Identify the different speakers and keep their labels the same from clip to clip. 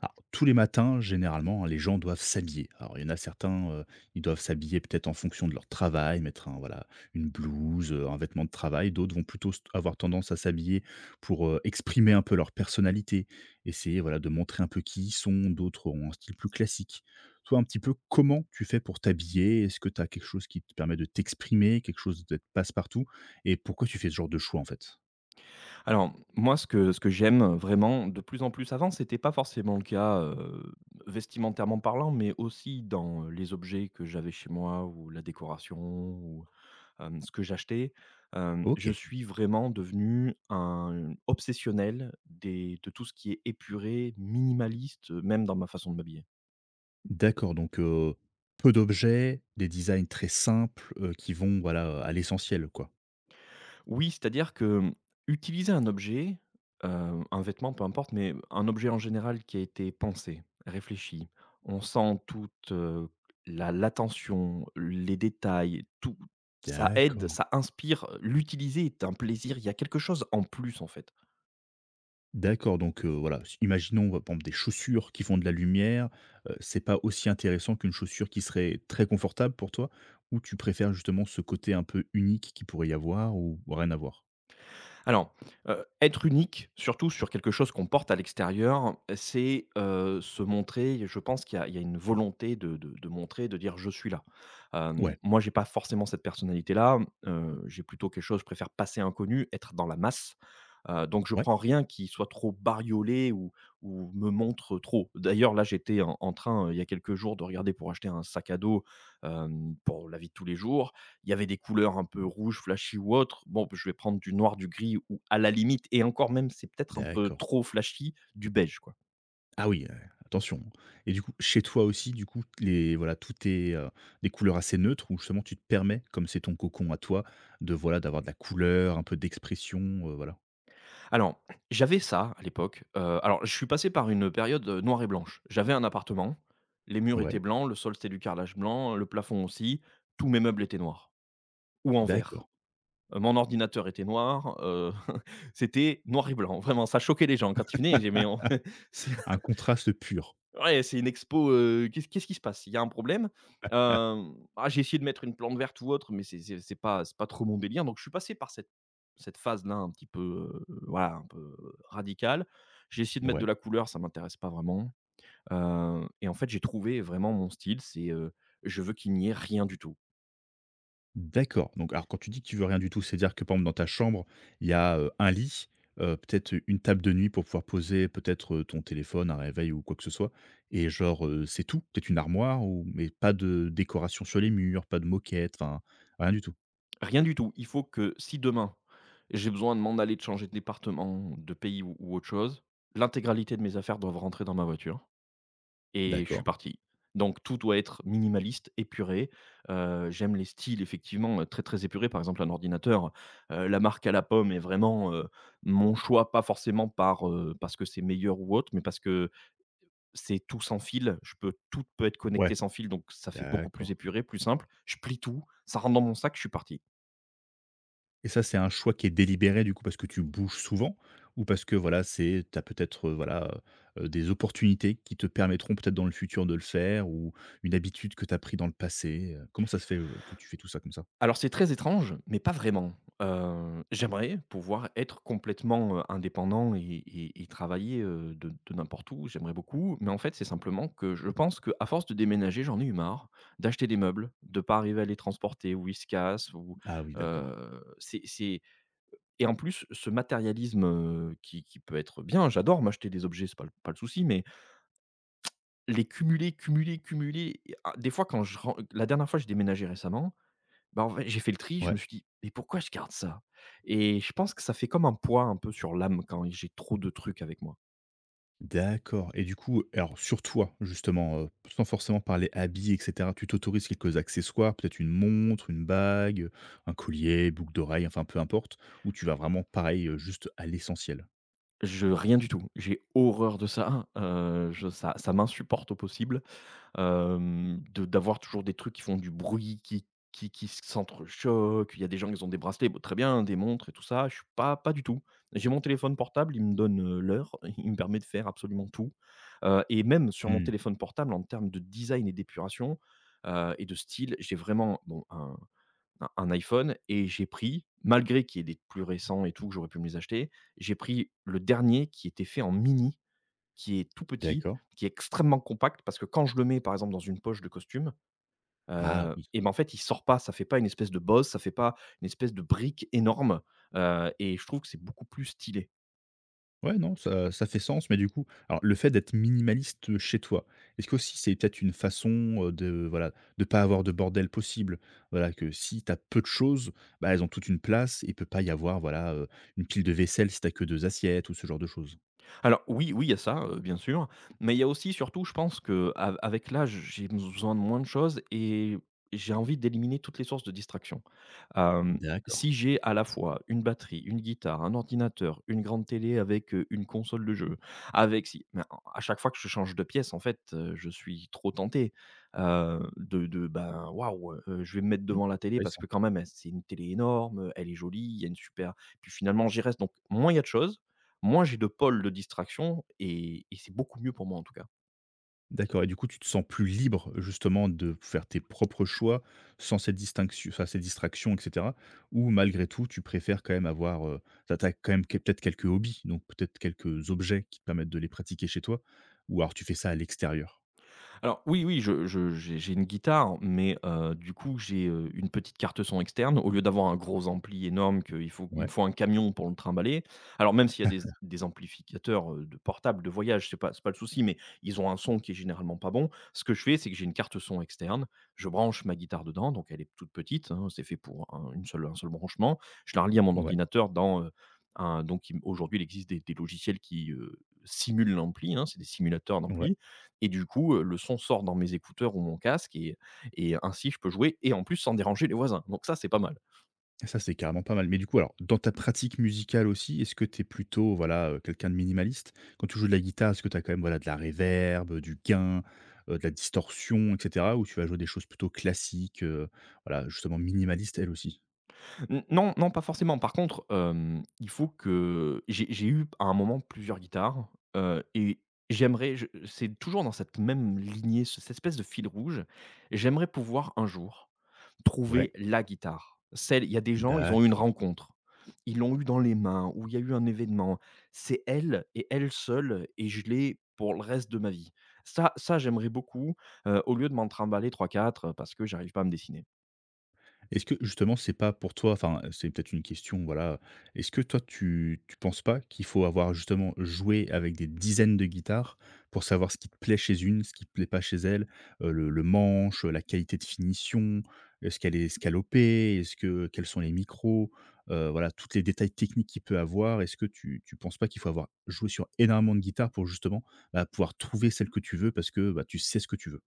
Speaker 1: Alors, tous les matins, généralement, hein, les gens doivent s'habiller. Alors, il y en a certains, ils doivent s'habiller peut-être en fonction de leur travail, mettre un voilà, une blouse, un vêtement de travail. D'autres vont plutôt s avoir tendance à s'habiller pour, exprimer un peu leur personnalité, essayer, voilà, de montrer un peu qui ils sont. D'autres ont un style plus classique. Toi, un petit peu, comment tu fais pour t'habiller? Est-ce que tu as quelque chose qui te permet de t'exprimer, quelque chose d'être passe-partout? Et pourquoi tu fais ce genre de choix, en fait?
Speaker 2: Alors, moi, ce que j'aime vraiment de plus en plus avant, c'était pas forcément le cas, vestimentairement parlant, mais aussi dans les objets que j'avais chez moi ou la décoration ou ce que j'achetais. Je
Speaker 1: OK.
Speaker 2: suis vraiment devenu un obsessionnel des de tout ce qui est épuré, minimaliste, même dans ma façon de m'habiller.
Speaker 1: D'accord, donc peu d'objets, des designs très simples, qui vont, voilà, à l'essentiel, quoi.
Speaker 2: Oui, c'est-à-dire que utiliser un objet, heu, un vêtement, peu importe, mais un objet en général qui a été pensé, réfléchi, on sent toute, la l'attention, les détails, tout. Ça aide,
Speaker 1: D'accord,
Speaker 2: ça inspire, l'utiliser est un plaisir, il y a quelque chose en plus, en fait.
Speaker 1: d'accord, donc voilà, s imaginons, par exemple, des chaussures qui font de la lumière, c'est pas aussi intéressant qu'une chaussure qui serait très confortable pour toi? Ou tu préfères justement ce côté un peu unique qui pourrait y avoir ou rien à voir?
Speaker 2: Alors, être unique, surtout sur quelque chose qu'on porte à l'extérieur, c'est, se montrer. Je pense qu'il y a une volonté de montrer, de dire: «Je suis là».
Speaker 1: Ouais,
Speaker 2: Moi, j'ai pas forcément cette personnalité-là, j'ai plutôt quelque chose, je préfère passer inconnu, être dans la masse, donc je
Speaker 1: ouais,
Speaker 2: prends rien qui soit trop bariolé ou me montre trop. D'ailleurs, là, j'étais en train, il y a quelques jours, de regarder pour acheter un sac à dos, pour la vie de tous les jours, il y avait des couleurs un peu rouges, flashy ou autres. Bon, je vais prendre du noir, du gris ou à la limite, et encore même, c'est peut-être un peu
Speaker 1: d'accord.
Speaker 2: trop flashy, du beige, quoi.
Speaker 1: Ah oui, attention. Et du coup, chez toi aussi, du coup, les voilà, tout est, des couleurs assez neutres où justement tu te permets, comme c'est ton cocon à toi, de voilà, d'avoir de la couleur, un peu d'expression, voilà.
Speaker 2: Alors, j'avais ça à l'époque, alors je suis passé par une période, noire et blanche. J'avais un appartement, les murs
Speaker 1: Ouais,
Speaker 2: étaient blancs, le sol c'était du carrelage blanc, le plafond aussi, tous mes meubles étaient noirs ou en vert.
Speaker 1: d'accord.
Speaker 2: Mon ordinateur était noir, c'était noir et blanc. Vraiment, ça choquait les gens quand ils venaient, ils disaient: «Mais on»
Speaker 1: Un contraste pur.
Speaker 2: Ouais, c'est une expo, qu'est-ce qui se passe? Il y a un problème, ah, j'ai essayé de mettre une plante verte ou autre, mais c'est pas trop mon délire, donc je suis passé par cette phase-là un petit peu, voilà, un peu radicale. J'ai essayé de mettre de
Speaker 1: Ouais,
Speaker 2: la couleur, ça m'intéresse pas vraiment, et en fait, j'ai trouvé vraiment mon style, c'est, je veux qu'il n'y ait rien du tout.
Speaker 1: d'accord. Donc alors quand tu dis que tu veux rien du tout, c'est-à-dire que par exemple dans ta chambre, il y a, un lit, peut-être une table de nuit pour pouvoir poser peut-être, ton téléphone, un réveil ou quoi que ce soit et genre, c'est tout? Peut-être une armoire ou mais pas de décoration sur les murs, pas de moquette, enfin rien du tout?
Speaker 2: Rien du tout. Il faut que si demain, j'ai besoin de m'en aller, de changer de département, de pays ou autre chose, l'intégralité de mes affaires doivent rentrer dans ma voiture. Et je suis
Speaker 1: D'accord.
Speaker 2: parti. Donc tout doit être minimaliste, épuré. J'aime les styles effectivement, très, très épurés. Par exemple, un ordinateur, la marque à la pomme est vraiment, mon choix, pas forcément par, parce que c'est meilleur ou autre, mais parce que c'est tout sans fil. Je peux tout, peut être connecté
Speaker 1: Ouais,
Speaker 2: sans fil, donc ça fait beaucoup plus
Speaker 1: d'accord.
Speaker 2: épuré, plus simple. Je plie tout, ça rentre dans mon sac, je suis parti.
Speaker 1: Et ça, c'est un choix qui est délibéré du coup parce que tu bouges souvent ou parce que voilà, c'est t'as peut-être, voilà, des opportunités qui te permettront peut-être dans le futur de le faire ou une habitude que tu as pris dans le passé? Comment ça se fait, que tu fais tout ça comme ça?
Speaker 2: Alors c'est très étrange, mais pas vraiment. J'aimerais pouvoir être complètement, indépendant et travailler, de n'importe où, j'aimerais beaucoup. Mais en fait, c'est simplement que je pense que à force de déménager, j'en ai eu marre d'acheter des meubles, de pas arriver à les transporter ou ils se cassent ou,
Speaker 1: Ah oui, d'accord.
Speaker 2: c'est et en plus ce matérialisme, qui peut être bien, j'adore m'acheter des objets, c'est pas le pas le souci, mais les cumuler, cumuler, cumuler et ah, des fois quand je ren la dernière fois j'ai déménagé récemment, bah, en fait, j'ai fait le tri, je me
Speaker 1: Ouais.
Speaker 2: suis dit: «Mais pourquoi je garde ça?» Et je pense que ça fait comme un poids un peu sur l'âme quand j'ai trop de trucs avec moi.
Speaker 1: D'accord et du coup, alors sur toi justement, sans forcément parler habits et cetera, tu t'autorises quelques accessoires, peut-être une montre, une bague, un collier, boucle d'oreille, enfin peu importe? Ou tu vas vraiment pareil, juste à l'essentiel?
Speaker 2: Je rien du tout, j'ai horreur de ça, hein, je ça ça m'insupporte au possible. De D'avoir toujours des trucs qui font du bruit, qui qui s'entrechoquent. Il y a des gens qui ont des bracelets, bon très bien, des montres et tout ça. Je suis pas du tout. J'ai mon téléphone portable, il me donne, l'heure, il me permet de faire absolument tout, et même sur mon
Speaker 1: Mmh.
Speaker 2: téléphone portable, en termes de design et d'épuration, et de style, j'ai vraiment bon un un iPhone et j'ai pris, malgré qu'il y ait des plus récents et tout, que j'aurais pu me les acheter, j'ai pris le dernier qui était fait en mini, qui est tout petit,
Speaker 1: D'accord.
Speaker 2: qui est extrêmement compact, parce que quand je le mets, par exemple, dans une poche de costume,
Speaker 1: Ah oui.
Speaker 2: et ben, en fait, il sort pas, ça fait pas une espèce de bosse, ça fait pas une espèce de brique énorme, et je trouve que c'est beaucoup plus stylé.
Speaker 1: Ouais, non, ça fait sens, mais du coup, alors le fait d'être minimaliste, chez toi, est-ce que aussi c'est peut-être une façon, de voilà, de pas avoir de bordel possible? Voilà, que si t'as peu de choses, bah, elles ont toute une place et peut pas y avoir voilà, une pile de vaisselle si t'as que 2 assiettes ou ce genre de choses.
Speaker 2: Alors oui, oui, il y a ça, bien sûr, mais il y a aussi surtout, je pense qu'av avec l'âge, j'ai besoin de moins de choses et j'ai envie d'éliminer toutes les sources de distraction. Hem,
Speaker 1: D'accord.
Speaker 2: Si j'ai à la fois une batterie, une guitare, un ordinateur, une grande télé avec, une console de jeu, avec si mais en à chaque fois que je change de pièce, en fait, je suis trop tenté, de ben, waouh, je vais me mettre
Speaker 1: Mmh.
Speaker 2: devant la télé
Speaker 1: Oui,
Speaker 2: parce que quand même, elle c'est une télé énorme, elle est jolie, il y a une super, puis finalement j'y reste. Donc moins il y a de choses, moins j'ai de pôles de distraction, et c'est beaucoup mieux pour moi, en tout cas.
Speaker 1: d'accord et du coup, tu te sens plus libre, justement, de faire tes propres choix sans cette distinction enfin, ces distractions et cetera? Ou malgré tout, tu préfères quand même avoir, tu as quand même quel peut-être quelques hobbies, donc peut-être quelques objets qui te permettent de les pratiquer chez toi? Ou alors tu fais ça à l'extérieur?
Speaker 2: Alors oui, oui, je j'ai une guitare, mais du coup, j'ai, une petite carte son externe. Au lieu d'avoir un gros ampli énorme qu'il faut, il me
Speaker 1: Ouais,
Speaker 2: faut un camion pour le trimballer. Alors même s'il y a des amplificateurs, de portables, de voyage, c'est pas le souci, mais ils ont un son qui est généralement pas bon. Ce que je fais, c'est que j'ai une carte son externe, je branche ma guitare dedans, donc elle est toute petite, hein, c'est fait pour un seul branchement. Je la relie à mon
Speaker 1: ouais,
Speaker 2: ordinateur dans, un donc il aujourd'hui, il existe des logiciels qui, simulent l'ampli, hein, c'est des simulateurs
Speaker 1: ouais.
Speaker 2: d'ampli, et du coup, le son sort dans mes écouteurs ou mon casque et ainsi je peux jouer et en plus sans déranger les voisins. Donc ça, c'est pas mal.
Speaker 1: Ça, c'est carrément pas mal. Mais du coup, alors, dans ta pratique musicale aussi, est-ce que tu es plutôt, voilà, quelqu'un de minimaliste? Quand tu joues de la guitare, est-ce que tu as quand même, voilà, de la réverb, du gain, de la distorsion, et cetera? Ou tu vas jouer des choses plutôt classiques, voilà, justement minimalistes, elles aussi?
Speaker 2: N Non, non, pas forcément. Par contre, il faut que j'ai eu à un moment plusieurs guitares, et j'aimerais, je c'est toujours dans cette même lignée, cette espèce de fil rouge. J'aimerais pouvoir un jour trouver
Speaker 1: Ouais,
Speaker 2: la guitare. Celle, il y a des gens, ils ont eu une
Speaker 1: d'accord.
Speaker 2: rencontre. Ils l'ont eu dans les mains ou il y a eu un événement. C'est elle et elle seule et je l'ai pour le reste de ma vie. Ça j'aimerais beaucoup, au lieu de m'en trimballer trois quatre parce que j'arrive pas à me dessiner.
Speaker 1: Est-ce que justement c'est pas pour toi enfin, c'est peut-être une question, voilà, est-ce que toi tu penses pas qu'il faut avoir justement joué avec des dizaines de guitares pour savoir ce qui te plaît chez une, ce qui te plaît pas chez elle? Le manche, la qualité de finition, est-ce qu'elle est escalopée? Est-ce que quels sont les micros? Voilà, toutes les détails techniques qu'il peut avoir. Est-ce que tu penses pas qu'il faut avoir joué sur énormément de guitares pour justement, bah, pouvoir trouver celle que tu veux parce que, bah, tu sais ce que tu veux?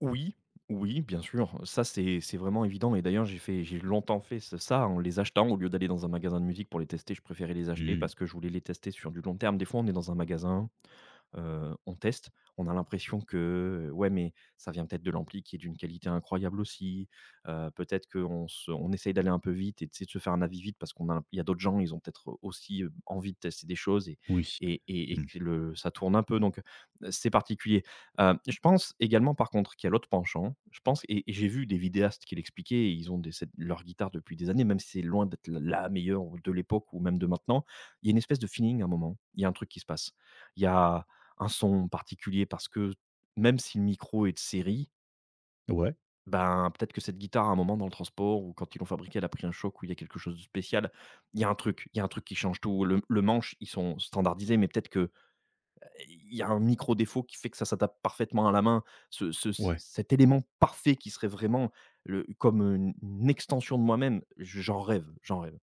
Speaker 2: Oui, oui, bien sûr, ça c'est vraiment évident, et d'ailleurs j'ai longtemps fait ce ça en les achetant. Au lieu d'aller dans un magasin de musique pour les tester, je préférais les acheter
Speaker 1: Mmh.
Speaker 2: parce que je voulais les tester sur du long terme. Des fois, on est dans un magasin, on teste. On a l'impression que, ouais, mais ça vient peut-être de l'ampli qui est d'une qualité incroyable aussi. Peut-être qu'on se on essaye d'aller un peu vite et tu sais, de se faire un avis vite parce qu'on a il y a d'autres gens, ils ont peut-être aussi, envie de tester des choses
Speaker 1: Oui.
Speaker 2: et
Speaker 1: Mmh.
Speaker 2: que le ça tourne un peu donc, c'est particulier. Je pense également par contre qu'il y a l'autre penchant. Je pense et j'ai vu des vidéastes qui l'expliquaient, et ils ont des cette leur guitare depuis des années, même si c'est loin d'être l la meilleure de l'époque ou même de maintenant. Il y a une espèce de feeling à un moment. Il y a un truc qui se passe. Il y a un son particulier parce que même si le micro est de série,
Speaker 1: Ouais,
Speaker 2: ben, peut-être que cette guitare à un moment dans le transport ou quand ils l'ont fabriquée, elle a pris un choc ou il y a quelque chose de spécial. Il y a un truc, il y a un truc qui change tout. Le manche, ils sont standardisés, mais peut-être que il y a un micro défaut qui fait que ça s'adapte parfaitement à la main. Ce ce c
Speaker 1: ouais.
Speaker 2: Cet élément parfait qui serait vraiment le comme, une extension de moi-même, j'en rêve, j'en rêve.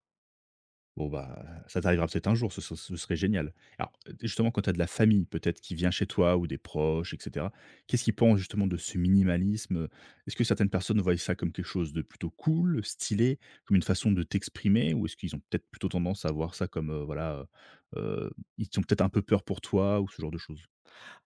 Speaker 1: Bon, bah, ça t'arrivera peut-être un jour, ce serait génial. Alors, justement, quand tu as de la famille peut-être qui vient chez toi ou des proches et cetera, qu'est-ce qu'ils pensent justement de ce minimalisme, est-ce que certaines personnes voient ça comme quelque chose de plutôt cool, stylé, comme une façon de t'exprimer? Ou est-ce qu'ils ont peut-être plutôt tendance à voir ça comme, voilà, heu heu, ils ont peut-être un peu peur pour toi ou ce genre de choses?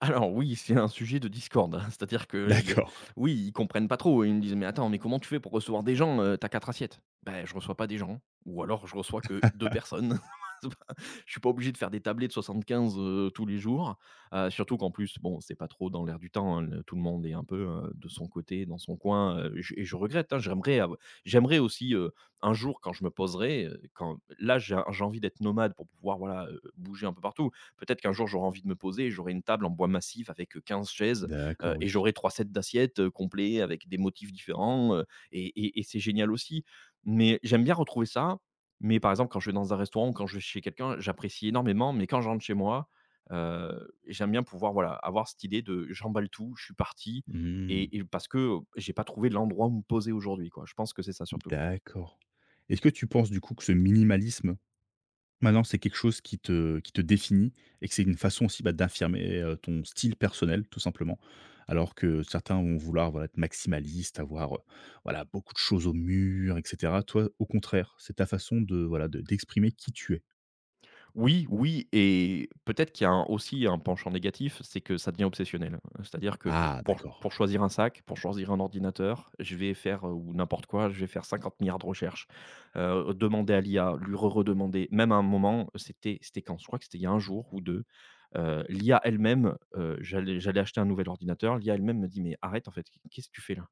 Speaker 2: Alors oui, c'est un sujet de discorde, hein. C'est-à-dire que les
Speaker 1: D'accord,
Speaker 2: oui, ils comprennent pas trop. Ils me disent: «Mais attends, mais comment tu fais pour recevoir des gens, tu as assiettes?» Ben je reçois pas des gens ou alors je reçois que 2 personnes». C'est pas Je suis pas obligé de faire des tablées de 75, tous les jours, surtout qu'en plus, bon, c'est pas trop dans l'air du temps, hein, le tout le monde est un peu, de son côté, dans son coin, je regrette, hein. J'aimerais aussi, un jour quand je me poserai, quand là, j'ai envie d'être nomade pour pouvoir, voilà, bouger un peu partout. Peut-être qu'un jour, j'aurai envie de me poser, et j'aurai une table en bois massif avec 15 chaises,
Speaker 1: d'accord,
Speaker 2: et
Speaker 1: oui.
Speaker 2: j'aurai 3 sets d'assiettes, complets avec des motifs différents, et c'est génial aussi. Mais j'aime bien retrouver ça, mais par exemple, quand je vais dans un restaurant ou quand je vais chez quelqu'un, j'apprécie énormément, mais quand je rentre chez moi, j'aime bien pouvoir, voilà, avoir cette idée de j'emballe tout, je suis parti
Speaker 1: Mmh,
Speaker 2: parce que, j'ai pas trouvé l'endroit où me poser aujourd'hui, quoi. Je pense que c'est ça surtout.
Speaker 1: d'accord. Est-ce que tu penses du coup que ce minimalisme maintenant, c'est quelque chose qui te définit et que c'est une façon aussi, bah, d'affirmer, ton style personnel, tout simplement. Alors que certains vont vouloir, voilà, être maximalistes, avoir, voilà, beaucoup de choses au mur et cetera. Toi, au contraire, c'est ta façon de, voilà, de d'exprimer qui tu es.
Speaker 2: Oui, oui, et peut-être qu'il y a un aussi un penchant négatif, c'est que ça devient obsessionnel. C'est-à-dire que
Speaker 1: Ah
Speaker 2: pour
Speaker 1: d'accord.
Speaker 2: choisir un sac, pour choisir un ordinateur, je vais faire, ou n'importe quoi, je vais faire 50 milliards de recherches, demander à l'IA, lui redemander. Même à un moment, c'était quand? Je crois que c'était il y a un jour ou 2, l'IA elle-même, j'allais acheter un nouvel ordinateur, l'IA elle-même me dit: «Mais arrête en fait, qu'est-ce que tu fais là?»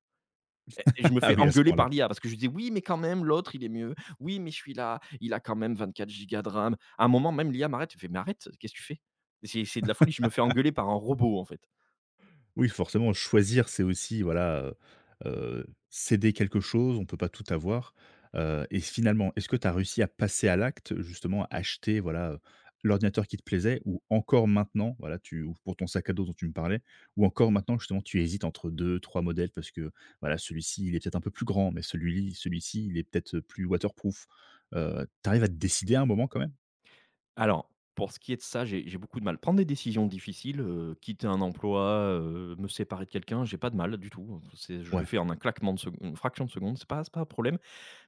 Speaker 2: Et je me
Speaker 1: Ah
Speaker 2: fais
Speaker 1: oui, à ce
Speaker 2: engueuler
Speaker 1: point-là.
Speaker 2: par l'IA parce que je lui dis: «Oui, mais quand même, l'autre, il est mieux. Oui, mais je suis là il a quand même 24 gigas de RAM». À un moment, même l'IA m'arrête, elle fait: «Mais arrête, qu'est-ce que tu fais?» C'est de la folie, je me fais engueuler par un robot, en fait.
Speaker 1: Oui, forcément, choisir, c'est aussi, voilà, céder quelque chose, on peut pas tout avoir, et finalement, est-ce que tu as réussi à passer à l'acte, justement, à acheter, voilà, l'ordinateur qui te plaisait ou encore maintenant, voilà, tu ou pour ton sac à dos dont tu me parlais ou encore maintenant, justement, tu hésites entre deux, trois modèles parce que, voilà, celui-ci, il est peut-être un peu plus grand, mais celui-ci, il est peut-être, plus waterproof? Tu arrives à te décider à un moment quand même?
Speaker 2: Alors, pour ce qui est de ça, j'ai beaucoup de mal. Prendre des décisions difficiles, quitter un emploi, me séparer de quelqu'un, j'ai pas de mal du tout. C'est Je le
Speaker 1: Ouais,
Speaker 2: fais en un claquement de secondes, une fraction de seconde, c'est pas un problème.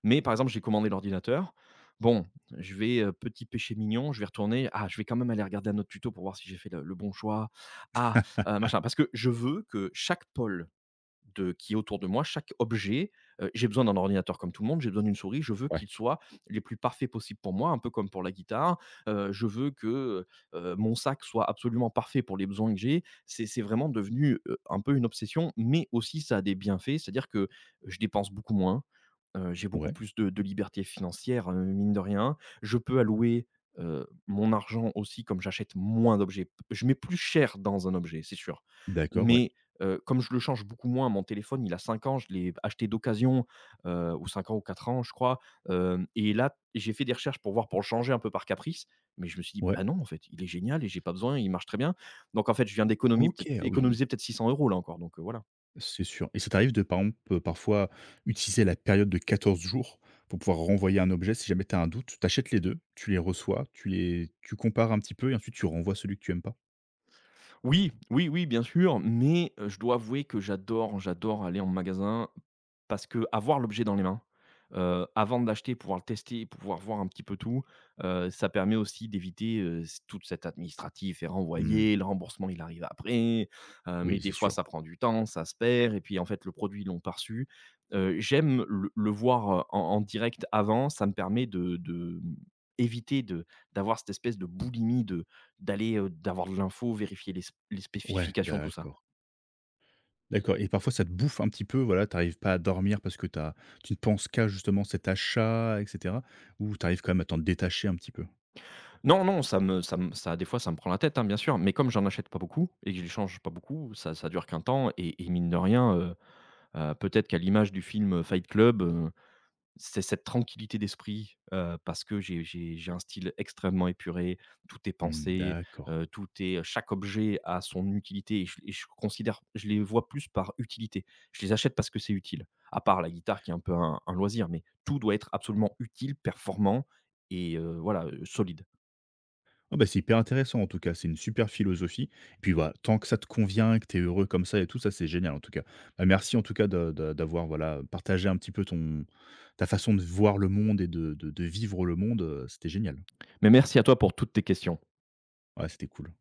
Speaker 2: Mais par exemple, j'ai commandé l'ordinateur. Bon, je vais, petit péché mignon, je vais retourner. Ah, je vais quand même aller regarder un autre tuto pour voir si j'ai fait le bon choix. Ah, machin, parce que je veux que chaque pôle de qui est autour de moi, chaque objet, j'ai besoin d'un ordinateur comme tout le monde, j'ai besoin d'une souris, je veux
Speaker 1: ouais.
Speaker 2: qu'il soit les plus parfaits possibles pour moi, un peu comme pour la guitare. Je veux que, mon sac soit absolument parfait pour les besoins que j'ai. C'est vraiment devenu, un peu une obsession, mais aussi ça a des bienfaits, c'est-à-dire que je dépense beaucoup moins, j'ai beaucoup
Speaker 1: Ouais,
Speaker 2: plus de liberté financière, mine de rien. Je peux allouer, mon argent aussi comme j'achète moins d'objets. Je mets plus cher dans un objet, c'est sûr,
Speaker 1: d'accord, ouais,
Speaker 2: mais comme je le change beaucoup moins, mon téléphone, il a 5 ans, je l'ai acheté d'occasion, ou 5 ans ou 4 ans, je crois, hem et là, j'ai fait des recherches pour voir, pour le changer un peu par caprice, mais je me suis dit:
Speaker 1: ouais.
Speaker 2: «Bah, non, en fait, il est génial et j'ai pas besoin, il marche très bien». Donc en fait, je viens d'économiser
Speaker 1: OK,
Speaker 2: peut-être
Speaker 1: ah oui, bon.
Speaker 2: économiser peut-être 600 € là encore, donc voilà.
Speaker 1: C'est sûr et ça t'arrive de, par exemple, parfois utiliser la période de 14 jours pour pouvoir renvoyer un objet si jamais tu as un doute? Tu achètes les 2, tu les reçois, tu compares un petit peu et ensuite tu renvoies celui que tu aimes pas?
Speaker 2: Oui, oui, oui, bien sûr, mais je dois avouer que j'adore aller en magasin parce que avoir l'objet dans les mains, avant de l'acheter, pouvoir le tester, pouvoir voir un petit peu tout, ça permet aussi d'éviter, c toute cette administratif et
Speaker 1: Mmh,
Speaker 2: renvoyer, le remboursement, il arrive après, mais
Speaker 1: oui, c'est
Speaker 2: des fois
Speaker 1: sûr.
Speaker 2: ça prend du temps, ça se perd et puis en fait le produit ils l'ont pas reçu. J'aime le voir, en en direct avant, ça me permet éviter de d'avoir cette espèce de boulimie de, d'aller, d'avoir de l'info, vérifier les sp les
Speaker 1: Ouais,
Speaker 2: spécifications, tout ça?
Speaker 1: d'accord. D'accord et parfois ça te bouffe un petit peu, voilà, t'arrives pas à dormir parce que t'as tu ne penses qu'à justement cet achat et cetera? Ou t'arrives quand même à t'en détacher un petit peu?
Speaker 2: Non, non, ça me ça me ça des fois, ça me prend la tête, hein, bien sûr, mais comme j'en achète pas beaucoup et que je les change pas beaucoup, ça dure qu'un temps et mine de rien, peut-être qu'à l'image du film, Fight Club, c'est cette tranquillité d'esprit, parce que j'ai un style extrêmement épuré, tout est
Speaker 1: Mmh,
Speaker 2: pensé,
Speaker 1: d'accord.
Speaker 2: tout est chaque objet a son utilité et je les vois plus par utilité. Je les achète parce que c'est utile, à part la guitare qui est un peu un loisir, mais tout doit être absolument utile, performant et voilà, solide.
Speaker 1: Ah bah, c'est hyper intéressant en tout cas, c'est une super philosophie. Et puis voilà, tant que ça te convient que tu es heureux comme ça et tout, ça c'est génial en tout cas. Bah, merci en tout cas d'avoir voilà, partagé un petit peu ton, ta façon de voir le monde et de vivre le monde, c'était génial.
Speaker 2: Mais merci à toi pour toutes tes questions.
Speaker 1: Ouais, c'était cool.